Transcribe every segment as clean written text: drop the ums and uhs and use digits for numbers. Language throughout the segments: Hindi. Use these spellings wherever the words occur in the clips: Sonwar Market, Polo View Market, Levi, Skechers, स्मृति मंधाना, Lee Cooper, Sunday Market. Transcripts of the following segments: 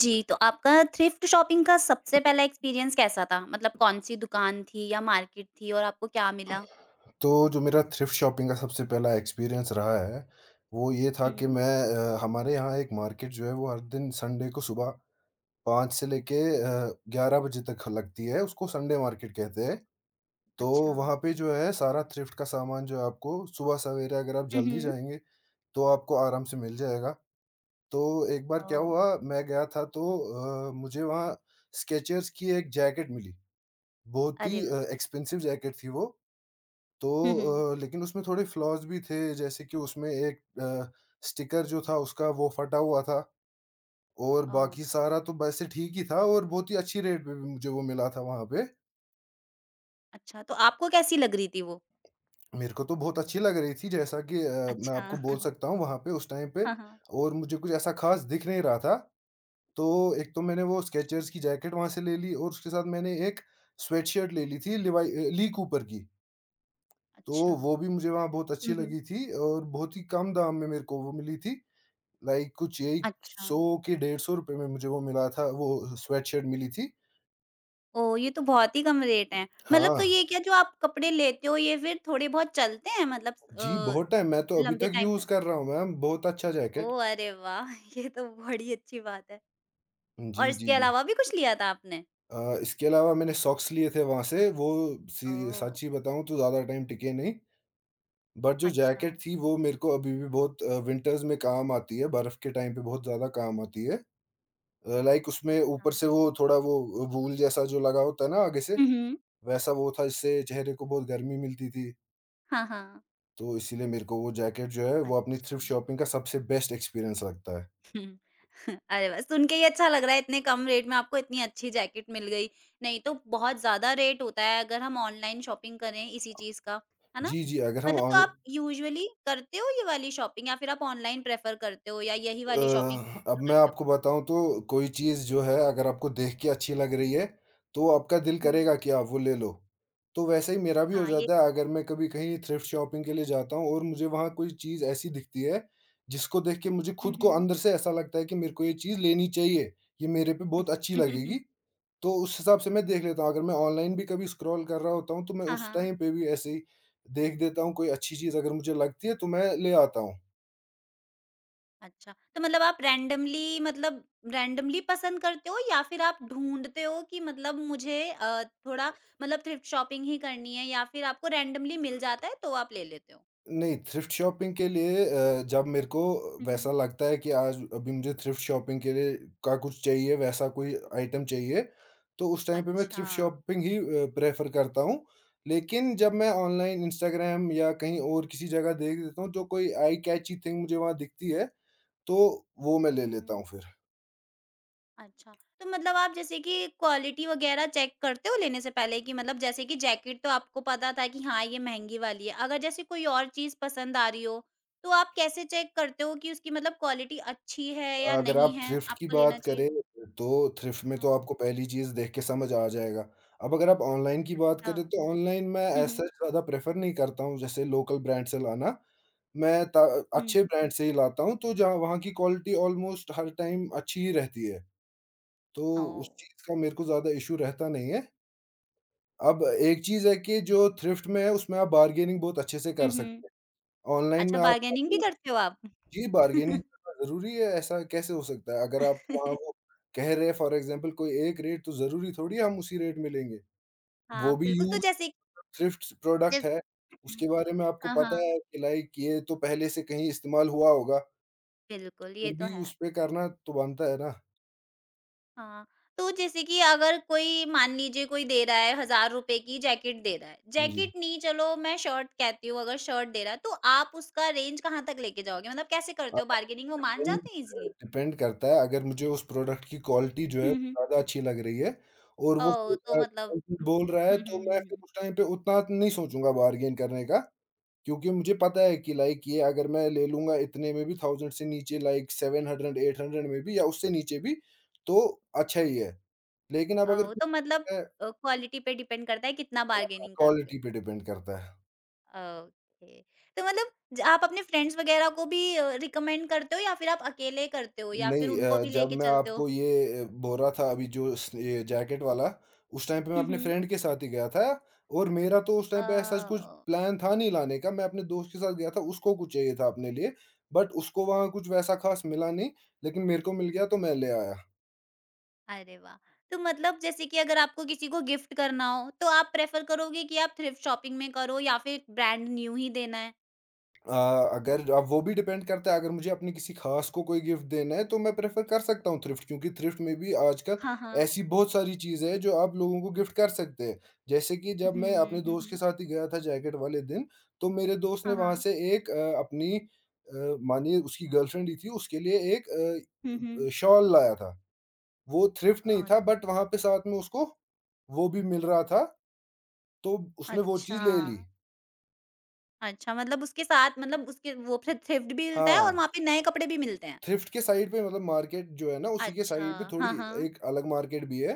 जी, तो आपका थ्रिफ्ट शॉपिंग का सबसे पहला एक्सपीरियंस कैसा था? मतलब कौन-सी दुकान थी या मार्केट थी और आपको क्या मिला? तो जो मेरा थ्रिफ्ट शॉपिंग का सबसे पहला एक्सपीरियंस रहा है, वो ये था हुँ। कि मैं हमारे यहाँ एक मार्केट जो है वो हर दिन संडे को सुबह 5 से लेके अ, 11 बजे तक लगती है, उसको संडे मार्केट कहते हैं। तो अच्छा। वहाँ पे जो है सारा थ्रिफ्ट का सामान जो है आपको सुबह सवेरे अगर आप हुँ, जल्दी हुँ। जाएँगे, तो आपको आराम से मिल जाएगा। तो एक बार क्या ओह! हुआ मैं गया था तो मुझे वहाँ स्केचर्स की एक जैकेट मिली, बहुत अरे ही वाह! एक्सपेंसिव जैकेट थी वो। तो हुँ, हुँ। लेकिन उसमें थोड़े फ्लॉज़ भी थे जैसे कि उसमें एक स्टिकर जो था उसका वो फटा हुआ था और ओह! बाकी सारा तो वैसे ठीक ही था और बहुत ही अच्छी रेट पे भी मुझे वो मिला था वहाँ पे। अच्छा, तो आपको कैसी लग रही थी वो? मेरे को तो बहुत अच्छी लग रही थी, जैसा कि मैं अच्छा। आपको बोल सकता हूँ वहाँ पे उस टाइम पे हाँ, हाँ। और मुझे कुछ ऐसा ख़ास दिख नहीं रहा था। तो एक तो मैंने वो स्केचर्स की जैकेट वहाँ से ले ली और उसके साथ मैंने एक स्वेटशर्ट ले ली थी, ली कूपर की। तो अच्छा। वो भी मुझे वहाँ बहुत अच्छी हुँ, हुँ। लगी थी और बहुत ही कम दाम में मेरे को वो मिली थी। लाइक कुछ यही अच्छा। 100 के ₹150 में मुझे वो मिला था, वो स्वेडशर्ट मिली थी। ओह! ये तो बहुत ही कम रेट हैं। मतलब हाँ, तो ये क्या जो आप कपड़े लेते हो ये फिर थोड़े बहुत चलते हैं मतलब जी बहुत टाइम मैं तो अभी लंबे तक टाइम यूज़ तक? कर रहा हूँ मैम, बहुत अच्छा जैकेट। ओह! अरे वाह! ये तो बड़ी अच्छी बात है। जी, और जी, इसके जी। अलावा भी कुछ लिया था आपने? इसके अलावा मैंने सॉक्स लिए थे वहाँ से, वो सी ओह! सच्ची बताऊँ तो ज़्यादा टाइम टिके नहीं, बट जो अच्छा, जैकेट थी वो मेरे को अभी भी बहुत विंटर्स में काम आती है, बर्फ़ के टाइम पे बहुत ज़्यादा काम आती है। लाइक उसमें अच्छा। ऊपर से वो थोड़ा वो वूल जैसा जो लगा होता है ना आगे से, हुँ, हुँ। वैसा वो था जिससे चेहरे को बहुत गर्मी मिलती थी। हाँ, हाँ। तो इसीलिए मेरे को वो जैकेट जो है, वो अपनी अच्छा। थ्रिफ्ट शॉपिंग का सबसे बेस्ट एक्सपीरियंस लगता है। हुँ। अरे वाह! सुन के ही अच्छा लग रहा है इतने कम रेट में आपको इतनी अच्छी जैकेट मिल गई। नहीं तो बहुत ज़्यादा रेट होता है अगर हम ऑनलाइन शॉपिंग करें इसी चीज़ का, है ना? जी, जी। अगर हम मतलब तो ऑन आप यूजुअली करते हो ये वाली शॉपिंग या फिर आप ऑनलाइन प्रेफ़र करते हो या यही वाली शॉपिंग अ, अब प्रेफ़र मैं करते हो? आपको बताऊँ तो कोई चीज़ जो है अगर आपको देख के अच्छी लग रही है, तो आपका दिल हुँ। करेगा कि आप वो ले लो। तो वैसे ही मेरा भी हो हाँ, ये जाता है, अगर मैं कभी कहीं थ्रिफ्ट शॉपिंग के लिए जाता हूँ और मुझे वहाँ कोई चीज़ ऐसी दिखती है, जिसको देख के मुझे हुँ, खुद को हुँ। अंदर से ऐसा लगता है कि मेरे को ये चीज़ लेनी चाहिए, ये मेरे पे बहुत अच्छी लगेगी। तो उस हिसाब से मैं देख लेता हूँ, अगर मैं ऑनलाइन भी कभी स्क्रॉल कर रहा होता हूँ तो मैं हाँ, उस हाँ। टाइम पे भी ऐसे ही देख देता हूँ, कोई अच्छी चीज़ अगर मुझे लगती है तो मैं ले आता हूँ। अच्छा, तो मतलब आप रैंडमली मतलब रैंडमली पसंद करते हो या फिर आप ढूँढते हो कि मतलब मुझे थोड़ा मतलब थ्रिफ्ट शॉपिंग ही करनी है या फिर आपको रैंडमली मिल जाता है तो आप ले लेते हो? नहीं, थ्रिफ्ट शॉपिंग के लिए जब मेरे को हुँ, वैसा हुँ। लगता है कि आज अभी मुझे थ्रिफ्ट शॉपिंग के लिए का कुछ चाहिए, वैसा कोई आइटम चाहिए, तो उस टाइम पे मैं अच्छा। थ्रिफ्ट शॉपिंग ही प्रेफ़र करता हूँ। लेकिन जब मैं ऑनलाइन इंस्टाग्राम या कहीं और किसी जगह देख लेता हूँ, जो कोई आई कैची थिंग मुझे वहाँ दिखती है, तो वो मैं ले हुँ, लेता हुँ। हूँ फिर। अच्छा, तो मतलब आप जैसे कि क्वालिटी वगैरह चेक करते हो लेने से पहले कि मतलब जैसे कि जैकेट तो आपको पता था कि हाँ, ये महँगी वाली है। अगर जैसे कोई और चीज़ पसंद आ रही हो, तो आप कैसे चेक करते हो कि उसकी मतलब क्वालिटी अच्छी है या अगर नहीं आप है, थ्रिफ्ट की आपको लेना बात करें, चाहिए? तो थ्रिफ्ट में तो हाँ। आपको पहली चीज़ देख के समझ आ जाएगा। अब अगर आप ऑनलाइन की बात अच्छा, करें, तो ऑनलाइन मैं हुँ, एज़ हुँ। सच ज़्यादा प्रेफ़र नहीं करता हूँ, जैसे लोकल ब्रांड से लाना। मैं त हुँ। अच्छे ब्रांड से ही लाता हूँ, तो जहाँ वहाँ की क्वालिटी ऑलमोस्ट हर टाइम अच्छी ही रहती है। तो उस ओह! चीज़ का मेरे को ज़्यादा इश्यू रहता नहीं है। अब एक चीज़ है कि जो थ्रिफ्ट में है, उसमें आप बार्गेनिंग बहुत अच्छे से कर हुँ, हुँ। सकते हैं। ऑनलाइन अच्छा में आप बार्गेनिंग भी करते हो आप? जी, बार्गेनिंग करना ज़रूरी है, ऐसा कैसे हो सकता है? अगर आप वहाँ वो कह रहे हैं फॉर एग्ज़ाम्पल कोई एक रेट, तो ज़रूरी थोड़ी है हम उसी रेट में लेंगे। हाँ, वो भी बिल्कुल तो यूज़ जैसे थ्रिफ्ट प्रोडक्ट जैस है, उसके बारे में आपको हाँ, पता हाँ, है कि लाइक ये तो पहले से कहीं इस्तेमाल हुआ होगा, बिल्कुल फिर ये तो भी है। उस पे करना तो बनता है ना। हाँ, तो जैसे कि अगर कोई मान लीजिए कोई दे रहा है ₹1000 की जैकेट दे रहा है, जी। जैकेट नहीं चलो मैं शर्ट कहती हूँ अगर शर्ट दे रहा है, तो आप उसका रेंज कहाँ तक लेके जाओगे? मतलब कैसे करते आप हो बार्गेनिंग वो मान जाते हैं इज़िली? डिपेंड करता है, अगर मुझे उस प्रोडक्ट की क्वालिटी जो है हुँ, हुँ। ज़्यादा अच्छी लग रही है और वो ओह! तो फिर मतलब हुँ, बोल रहा है हुँ, तो मैं हुँ, फिर हुँ। उस टाइम पे उतना नहीं सोचूँगा बार्गेन करने का। क्योंकि मुझे पता है कि लाइक ये अगर मैं ले लूँगा इतने में भी 1000 से नीचे लाइक 700 800 में भी या उससे नीचे भी, तो अच्छा ही है। लेकिन अब अगर ओह! तो मतलब अ, क्वालिटी पे डिपेंड करता है कितना बार्गेनिंग क्वालिटी करोगे। पे डिपेंड करता है। ओके। तो मतलब ज आप अपने फ्रेंड्स वगैरह को भी रिकमेंड करते हो या फिर आप अकेले करते हो या फिर नहीं उनको अ, भी जब लेके मैं चलते हो? आपको ये बोल रहा था अभी जो स ये जैकेट वाला, उस टाइम पे मैं हुँ, अपने हुँ। फ्रेंड के साथ ही गया था और मेरा तो उस टाइम पे ऐसा कुछ ओह! प्लान था नहीं लाने का, मैं अपने दोस्त के साथ गया था, उसको कुछ चाहिए था अपने लिए, बट उसको वहाँ कुछ वैसा ख़ास मिला नहीं, लेकिन मेरे को मिल गया तो मैं ले आया। अरे वाह! तो मतलब जैसे कि अगर आपको किसी को गिफ्ट करना हो तो आप प्रेफ़र करोगे कि आप थ्रिफ्ट शॉपिंग में करो या फिर ब्रांड न्यू ही देना है? अ, अगर अब वो भी डिपेंड करता है, अगर मुझे अपने किसी खास को कोई गिफ्ट देना है तो मैं प्रेफर कर सकता हूँ थ्रिफ्ट, क्योंकि थ्रिफ्ट में भी आजकल हाँ, हाँ। ऐसी बहुत सारी चीज़ें हैं जो आप लोगों को गिफ्ट कर सकते हैं। जैसे कि जब मैं अपने हुँ, हुँ, दोस्त के हुँ। साथ ही गया था जैकेट वाले दिन, तो मेरे दोस्त ने हाँ, वहाँ हाँ। से एक अपनी मानिए उसकी गर्लफ्रेंड ही थी उसके लिए एक हुँ, हुँ। शॉल लाया था। वो थ्रिफ्ट नहीं अ, था बट वहाँ पे साथ में उसको वो भी मिल रहा था, तो उसने वो अच्छा। चीज़ ले ली। अच्छा, मतलब उसके साथ मतलब उसके वो फिर थ्रिफ्ट भी मिलता है और हाँ। वहाँ पे नए कपड़े भी मिलते हैं? थ्रिफ्ट के साइड पे मतलब मार्केट जो है ना, उसी के अच्छा, साइड पे थोड़ी हाँ, हाँ। एक अलग मार्केट भी है।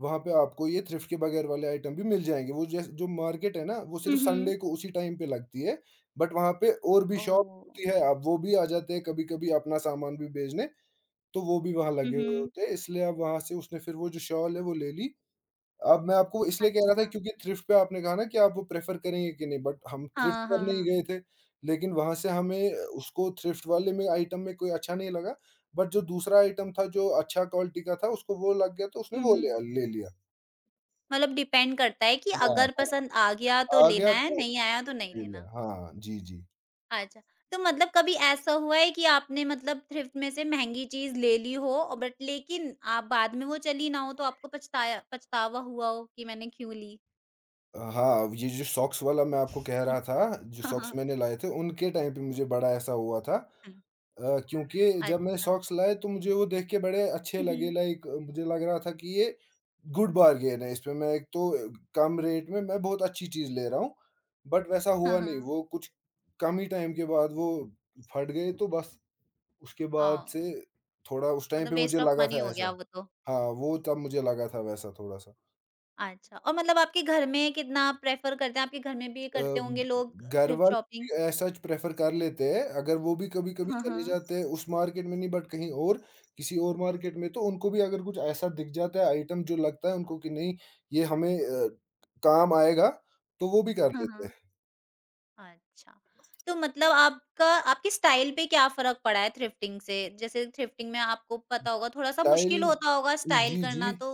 वहाँ पे आपको ये थ्रिफ्ट के बगैर वाले आइटम भी मिल जाएँगे। वो जैस जो मार्केट है ना, वो हुँ, सिर्फ़ हुँ। संडे को उसी टाइम पे लगती है। बट वहाँ पे और भी शॉप ओह! होती है, अब वो भी आ जाते हैं कभी-कभी अपना सामान भी बेचने, तो वो भी वहाँ हुँ, लगे हुए हुँ। होते हैं। इसलिए अब वहाँ से उसने फिर वो जो शॉल है, वो ले ली। अब मैं आपको इसलिए कह रहा था अच्छा, क्योंकि थ्रिफ्ट पे आपने कहा ना कि आप वो प्रेफ़र करेंगे कि नहीं, बट हम थ्रिफ्ट हाँ, करने ही हाँ। गए थे, लेकिन वहाँ से हमें उसको थ्रिफ्ट वाले में आइटम में कोई अच्छा नहीं लगा, बट जो दूसरा आइटम था जो अच्छा क्वालिटी का था उसको वो लग गया तो उसने हुँ, वो लिया हुँ। ले लिया। मतलब डिपेंड करता है कि अगर हाँ, पसंद आ गया तो हाँ, आ लेना गया है, तो नहीं आया तो नहीं ले लेना। लिया। हाँ, जी, जी। अच्छा, तो मतलब कभी ऐसा हुआ है कि आपने मतलब थ्रिफ्ट में से महँगी चीज़ ले ली हो और बट लेकिन आप बाद में वो चली ना हो तो आपको पछताया पछतावा हुआ हो कि मैंने क्यों ली? हाँ, ये जो सॉक्स वाला मैं आपको कह रहा था, जो सॉक्स मैंने लाए थे, उनके टाइम पे मुझे बड़ा ऐसा हुआ था। हुँ। क्योंकि जब मैंने अच्छा। सॉक्स लाए तो मुझे वो देख के बड़े अच्छे हुँ, लगे, हुँ। लाइक मुझे लग रहा था कि ये गुड बार्गेन है, इसमें मैं एक तो कम रेट में मैं बहुत अच्छी चीज़ ले रहा हूँ। बट वैसा हाँ, हुआ नहीं, हाँ। वो कुछ कम ही टाइम के बाद वो फट गए, तो बस उसके बाद हाँ, से थोड़ा उस टाइम मतलब पे मुझे वेस्ट ऑफ लगा मनी था हो गया ऐसा। वो तो। हाँ, वो तब मुझे लगा था वैसा थोड़ा-सा। अच्छा और मतलब आपके घर में कितना आप प्रेफ़र करते हैं? आपके घर में भी अ, करते होंगे लोग घर थ्रिफ्ट वाले शॉपिंग? भी ऐसा प्रेफ़र कर लेते हैं, अगर वो भी कभी-कभी हाँ, चले हाँ। जाते हैं उस मार्केट में नहीं बट कहीं और, किसी और मार्केट में, तो उनको भी अगर कुछ ऐसा दिख जाता है आइटम जो लगता है उनको कि नहीं ये हमें काम आएगा, तो वो भी कर हाँ, लेते हाँ। हैं। अच्छा, तो मतलब आपका आपके स्टाइल पे क्या फ़र्क पड़ा है थ्रिफ्टिंग से? जैसे थ्रिफ्टिंग में आपको पता होगा थोड़ा-सा टाइल मुश्किल होता होगा स्टाइल जी, जी। करना तो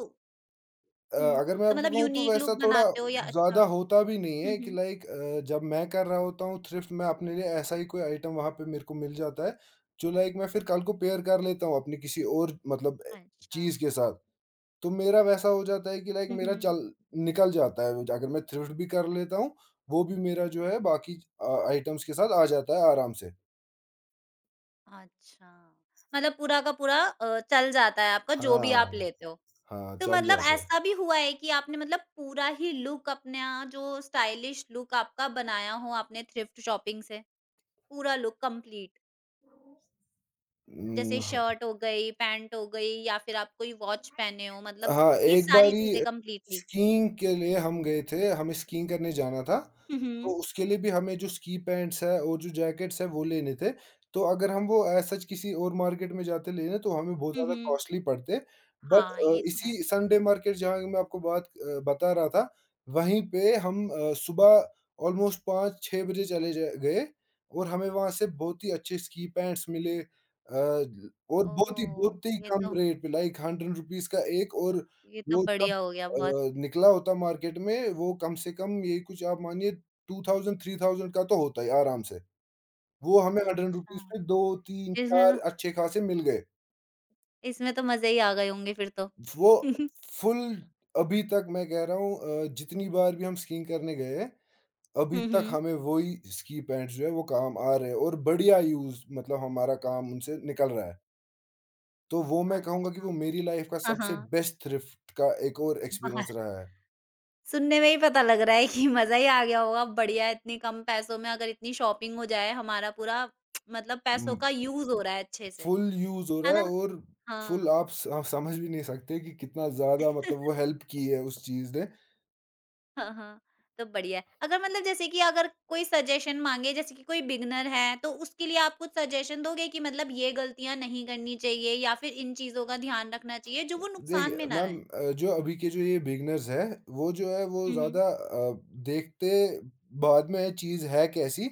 हुँ, अगर मैं तो आपको मतलब कहूँ तो यूनीक लुक वैसा थोड़ा बनाते हो या अच्छा ज़्यादा हुँ, होता भी नहीं है कि हुँ। लाइक, जब मैं कर रहा होता हूँ थ्रिफ्ट में अपने लिए ऐसा ही कोई आइटम वहाँ पे मेरे को मिल जाता है, जो लाइक मैं फिर कल को पेयर कर लेता हूँ अपनी किसी और मतलब अच्छा। चीज़ के साथ। तो मेरा वैसा हो जाता है कि लाइक हुँ, मेरा हुँ। चल निकल जाता है, अगर मैं थ्रिफ्ट भी कर लेता हूँ, वो भी मेरा जो है बाकी आइटम्स के साथ आ जाता है आराम से। अच्छा, मतलब पूरा का पूरा चल जाता है आपका हाँ, जो भी आप हाँ, लेते हो। हाँ, तो चल मतलब जाता है। ऐसा भी हुआ है कि आपने मतलब पूरा ही लुक अपना जो स्टाइलिश लुक आपका बनाया हो आपने थ्रिफ्ट शॉपिंग से? पूरा लुक कंप्लीट? उम, जैसे शर्ट हो गई, पैंट हो गई या फिर आप कोई वॉच पहने हो मतलब हाँ, ये एक सारी चीज़ें बारी कंप्लीटली? स्कीइंग के लिए हम गए थे, हमें स्कीइंग करने जाना था, हुँ, हुँ। तो उसके लिए भी हमें जो स्की पैंट्स है और जो जैकेट्स है वो लेने थे। तो अगर हम वो एज़ सच किसी और मार्केट में जाते लेने तो हमें बहुत हुँ, ज़्यादा हुँ। कॉस्टली पड़ते। बट हाँ, ये तो है। इसी संडे मार्केट जहाँ की मैं आपको बात बता रहा था, वहीं पे हम सुबह ऑलमोस्ट 5-6 बजे चले जा गए और हमें वहाँ से बहुत ही अच्छे स्की पैंट्स मिले। अ और ओह! बहुत ही ये कम तो रेट पे लाइक ₹100 का एक और ये तो वो जब बढ़िया हो गया बहुत। निकला होता मार्केट में वो कम से कम ये कुछ आप मानिए 2000 3000 का तो होता है आराम से। वो हमें ₹100 अच्छा, पे 2, 3, इसमें तो 4 अच्छे खासे मिल गए। इसमें तो मज़े ही आ गए होंगे फिर तो। वो फुल अभी तक मैं कह रहा हूँ, जितनी बार भी हम स्कीइंग करने गए हैं, अभी हुँ, तक हुँ। हमें वही स्की पैंट्स जो है वो काम आ रहे हैं और बढ़िया यूज़ मतलब हमारा काम उनसे निकल रहा है। तो वो मैं कहूँगा कि अच्छा। वो मेरी लाइफ़ का सबसे हाँ, बेस्ट थ्रिफ्ट का एक और हाँ। एक्सपीरियंस रहा है। सुनने में ही पता लग रहा है कि मज़ा ही आ गया होगा, बढ़िया है इतने कम पैसों में अगर इतनी शॉपिंग हो जाए, हमारा पूरा मतलब पैसों उम, का यूज़ हो रहा है अच्छे से, फुल यूज़ हो है रहा है ना? और फुल हाँ। आप समझ भी नहीं सकते कि कितना ज़्यादा मतलब वो हेल्प की है उस चीज़ ने। हाँ, हाँ, तो बढ़िया है। अगर मतलब जैसे कि अगर कोई सजेशन माँगे जैसे कि कोई बिगिनर है, तो उसके लिए आप कुछ सजेशन दोगे कि मतलब ये गलतियाँ नहीं करनी चाहिए या फिर इन चीज़ों का ध्यान रखना चाहिए जो वो नुकसान देखिए में ना मैम रहें? जो अभी के जो ये बिगिनर्स हैं, वो जो है वो हुँ, हुँ। ज़्यादा देखते बाद में चीज़ है कैसी,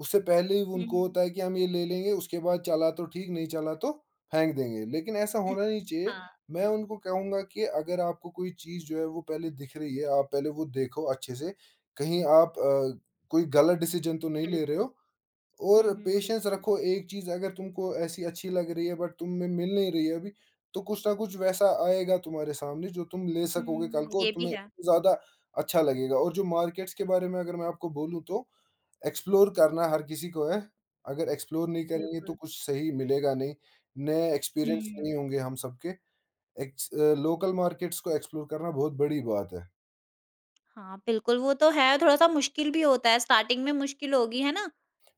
उससे पहले ही हुँ, उनको होता हुँ। है कि हम ये ले लेंगे, उसके बाद चला तो ठीक नहीं चला तो फेंक देंगे, लेकिन ऐसा होना नहीं चाहिए। हाँ, मैं उनको कहूँगा कि अगर आपको कोई चीज़ जो है वो पहले दिख रही है, आप पहले वो देखो अच्छे से, कहीं आप कोई गलत डिसीज़न तो नहीं ले रहे बिल्कुल। हो। हुँ, और हुँ, पेशेंस बिल्कुल। रखो, एक चीज़ अगर तुमको ऐसी अच्छी लग रही है बट तुम में मिल नहीं रही है अभी, तो कुछ ना कुछ वैसा आएगा तुम्हारे सामने जो तुम ले सकोगे कल हुँ, को और ये भी तुम्हें है, ज़्यादा अच्छा लगेगा। और जो मार्केट्स के बारे में अगर मैं आपको बोलूँ तो एक्सप्लोर करना हर किसी को है। अगर एक्सप्लोर नहीं करेंगे तो बिल्कुल। कुछ सही मिलेगा नहीं, नए एक्सपीरियंस नहीं हुँ। होंगे हम सबके। लोकल मार्केट्स को एक्सप्लोर करना बहुत बड़ी बात है। हाँ, बिल्कुल, वो तो है, थोड़ा-सा मुश्किल भी होता है, स्टार्टिंग में मुश्किल होगी, है ना?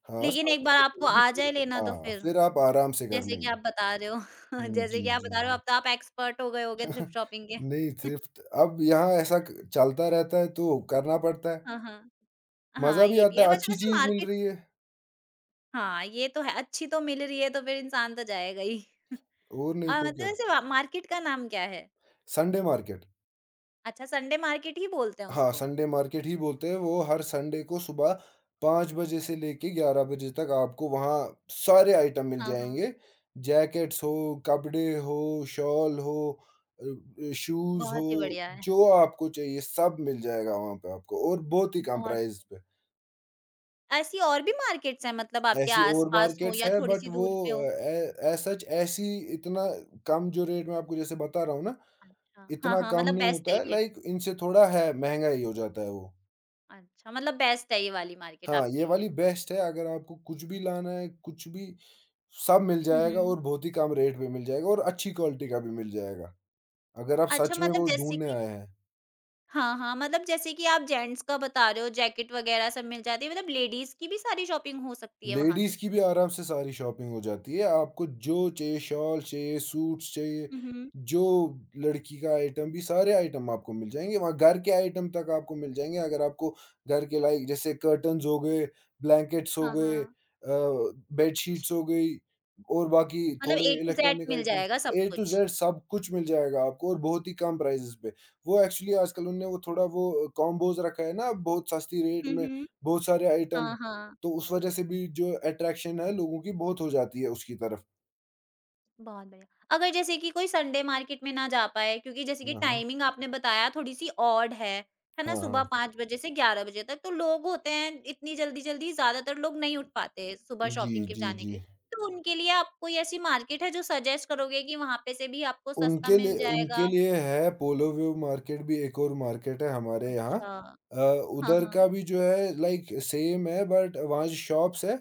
हाँ, लेकिन एक बार स्टार्टिंग में आपको होगी आ फिर। जाए लेना तो हाँ, फिर फिर आप आराम से कर जैसे कि आप लेंगे। बता रहे हो हुँ, जैसे जी, कि आप जी, बता रहे हो, जी। अब तो आप एक्सपर्ट हो गए होगे थ्रिफ्ट शॉपिंग के। नहीं, सिर्फ़ अब यहाँ ऐसा क चलता रहता है तो करना पड़ता है। हाँ, हाँ। हाँ, मज़ा भी ये भी आता है, है, वैसे अच्छी वैसे चीज़ मिल मार्केट रही है, हाँ, ये तो है, अच्छी तो मिल रही है तो फिर इंसान तो जाएगा ही। और नहीं तो मतलब क्या। वैसे वा मार्केट का नाम क्या है? Sunday market. अच्छा, संडे मार्केट ही बोलते हैं हाँ, उसको? संडे मार्केट ही बोलते हैं, वो हर संडे को सुबह 5 बजे से लेके 11 बजे तक आपको वहाँ सारे आइटम मिल हाँ, हाँ, जाएँगे। जैकेट्स हो, कपड़े हो, शॉल हो, शूज़ बहुत ही हो, बढ़िया है, जो आपको चाहिए सब मिल जाएगा वहाँ पे आपको और बहुत ही कम बहुत ही प्राइस पे। बढ़िया। ऐसी और भी मार्केट्स हैं मतलब आपके ऐसी और आस-पास हो मार्केट्स या है बट थोड़ी-सी वो दूर पे अ, हो? ए एज़ सच ऐसी इतना कम जो रेट मैं आपको जैसे बता रहा हूँ ना, अच्छा, हाँ, इतना हाँ, कम मतलब नहीं बेस्ट है होता है, ये। लाइक इनसे थोड़ा है, महँगा ही हो जाता है वो। अच्छा, मतलब बेस्ट है ये वाली मार्केट हाँ, ये आपके लिए। वाली बेस्ट है। अगर आपको कुछ भी लाना है, कुछ भी सब मिल हुँ, जाएगा हुँ। और बहुत ही कम रेट पे मिल जाएगा और अच्छी क्वालिटी का भी मिल जाएगा, अगर आप अच्छा सच में मतलब वो जैसे ढूँढने कि आए हैं। हाँ, हाँ, मतलब जैसे कि आप जेंट्स का बता रहे हो जैकेट वगैरह सब मिल जाती है, मतलब लेडीज़ की भी सारी शॉपिंग हो सकती है वहाँ लेडीज से? की भी आराम से सारी शॉपिंग हो जाती है। आपको जो चाहिए, शॉल चाहिए, सूट्स चाहिए, हुँ, हुँ। जो लड़की का आइटम, भी सारे आइटम आपको मिल जाएँगे। वहाँ घर के आइटम तक आपको मिल जाएँगे। अगर आपको घर के लाइक जैसे कर्टन्स हो गए, ब्लैंकेट्स हो हाँ, गए, हाँ, अ, अच्छा, बेडशीट्स हो गई और बाकी मतलब थोड़े ए टू ज़ेड इलेक्ट्रॉनिक मिल आइटम्स, जाएगा सब ए टू कुछ। ज़ेड सब कुछ मिल जाएगा आपको और बहुत ही कम प्राइसेज़ पे। वो एक्चुअली आजकल उन्होंने वो थोड़ा वो कॉम्बोज़ रखा है ना बहुत सस्ती रेट हुँ, में हुँ। बहुत सारे आइटम, हाँ, हाँ। तो उस वजह से भी जो अट्रैक्शन है लोगों की बहुत हो जाती है उसकी तरफ। बहुत बढ़िया। अगर जैसे कि कोई संडे मार्केट में ना जा पाए क्योंकि जैसे कि हाँ, हाँ। टाइमिंग आपने बताया थोड़ी-सी ऑड है ना? हाँ, सुबह हाँ। 5 बजे से 11 बजे तक तो लोग होते हैं इतनी जल्दी-जल्दी ज़्यादातर लोग नहीं उठ पाते सुबह जी, शॉपिंग के जी, जाने जी। के लिए। तो उनके लिए आप कोई ऐसी मार्केट है जो सजेस्ट करोगे कि वहाँ पे से भी आपको सस्ता उनके मिल लिए जाएगा? है पोलो व्यू मार्केट भी, एक और मार्केट है हमारे यहाँ। अच्छा। अ, हाँ, उधर हाँ। का भी जो है लाइक सेम है बट वहाँ जो शॉप्स है,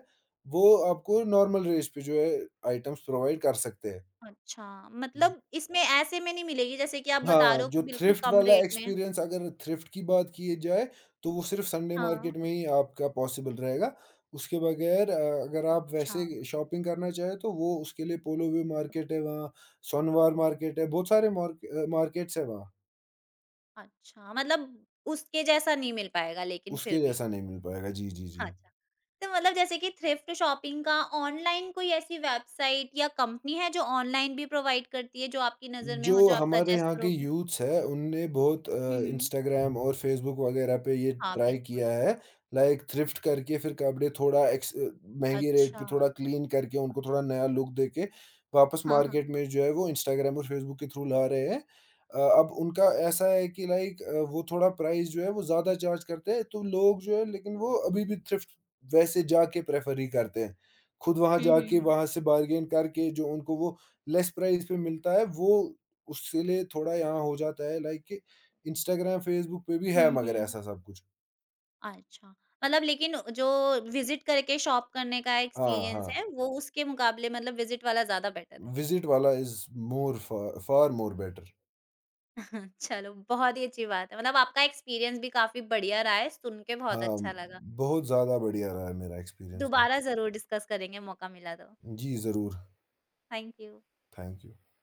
वो आपको नॉर्मल रेट्स पे जो है आइटम्स प्रोवाइड कर सकते हैं। अच्छा, मतलब इसमें ऐसे में नहीं मिलेगी जैसे कि आप बता हाँ, रहे हो कि जो बिल्कुल थ्रिफ्ट कम वाला रेट में एक्सपीरियंस, अगर थ्रिफ्ट की बात की जाए, तो वो सिर्फ़ संडे हाँ। मार्केट में ही आपका पॉसिबल रहेगा। उसके बगैर, अगर आप अच्छा, वैसे शॉपिंग करना चाहें तो वो उसके लिए पोलो व्यू मार्केट है वहाँ, सोनवार मार्केट है, बहुत सारे मार्केट्स हैं वहाँ। अच्छा मतलब उसके जैसा नहीं मिल पाएगा लेकिन फिर उसके भी। जैसा नहीं मिल पाएगा। जी, जी, जी। हाँ, अच्छा। तो मतलब जैसे कि थ्रिफ्ट शॉपिंग का ऑनलाइन कोई ऐसी वेबसाइट या कंपनी है जो ऑनलाइन भी प्रोवाइड करती है, जो आपकी नज़र में हो, जो जो आप हमारे सजेस्ट यहाँ के करोगे? यूथ्स है, उनने बहुत हुँ, हुँ। इंस्टाग्राम और फ़ेसबुक वगैरह पे ये हाँ, ट्राई किया बिल्कुल। है, लाइक थ्रिफ्ट करके फिर कपड़े थोड़ा महँगे रेट पे अच्छा। थोड़ा क्लीन करके उनको थोड़ा नया लुक देके, वापस हाँ, हाँ। मार्केट में जो है वो इंस्टाग्राम और फ़ेसबुक के थ्रू ला रहे हैं। अब उनका ऐसा है कि लाइक वो थोड़ा प्राइस जो है वो ज़्यादा चार्ज करते हैं, तो लोग जो है लेकिन वो अभी भी थ्रिफ्ट वैसे जाके प्रेफ़र ही करते हैं। खुद वहाँ हुँ, जाके, हुँ। वहाँ से बार्गेन करके जो उनको वो लेस प्राइस पे मिलता है, वो उससे लिए थोड़ा यहाँ हो जाता है लाइक कि इंस्टाग्राम, फ़ेसबुक पे भी है हुँ, मगर हुँ। ऐसा सब कुछ। अच्छा। मतलब लेकिन जो विज़िट करके शॉप करने का हाँ, एक्सपीरियंस हाँ। है, वो उसके मुकाबले मतलब विज़िट वाला ज़्यादा बेटर है। विज़िट वाला is more far more better. चलो, बहुत ही अच्छी बात है। मतलब आपका एक्सपीरियंस भी काफ़ी बढ़िया रहा है, सुन के बहुत हाँ, अच्छा लगा। बहुत ज़्यादा बढ़िया रहा है मेरा एक्सपीरियंस तो। दोबारा ज़रूर डिस्कस करेंगे, मौका मिला तो। जी, ज़रूर। Thank you. Thank you.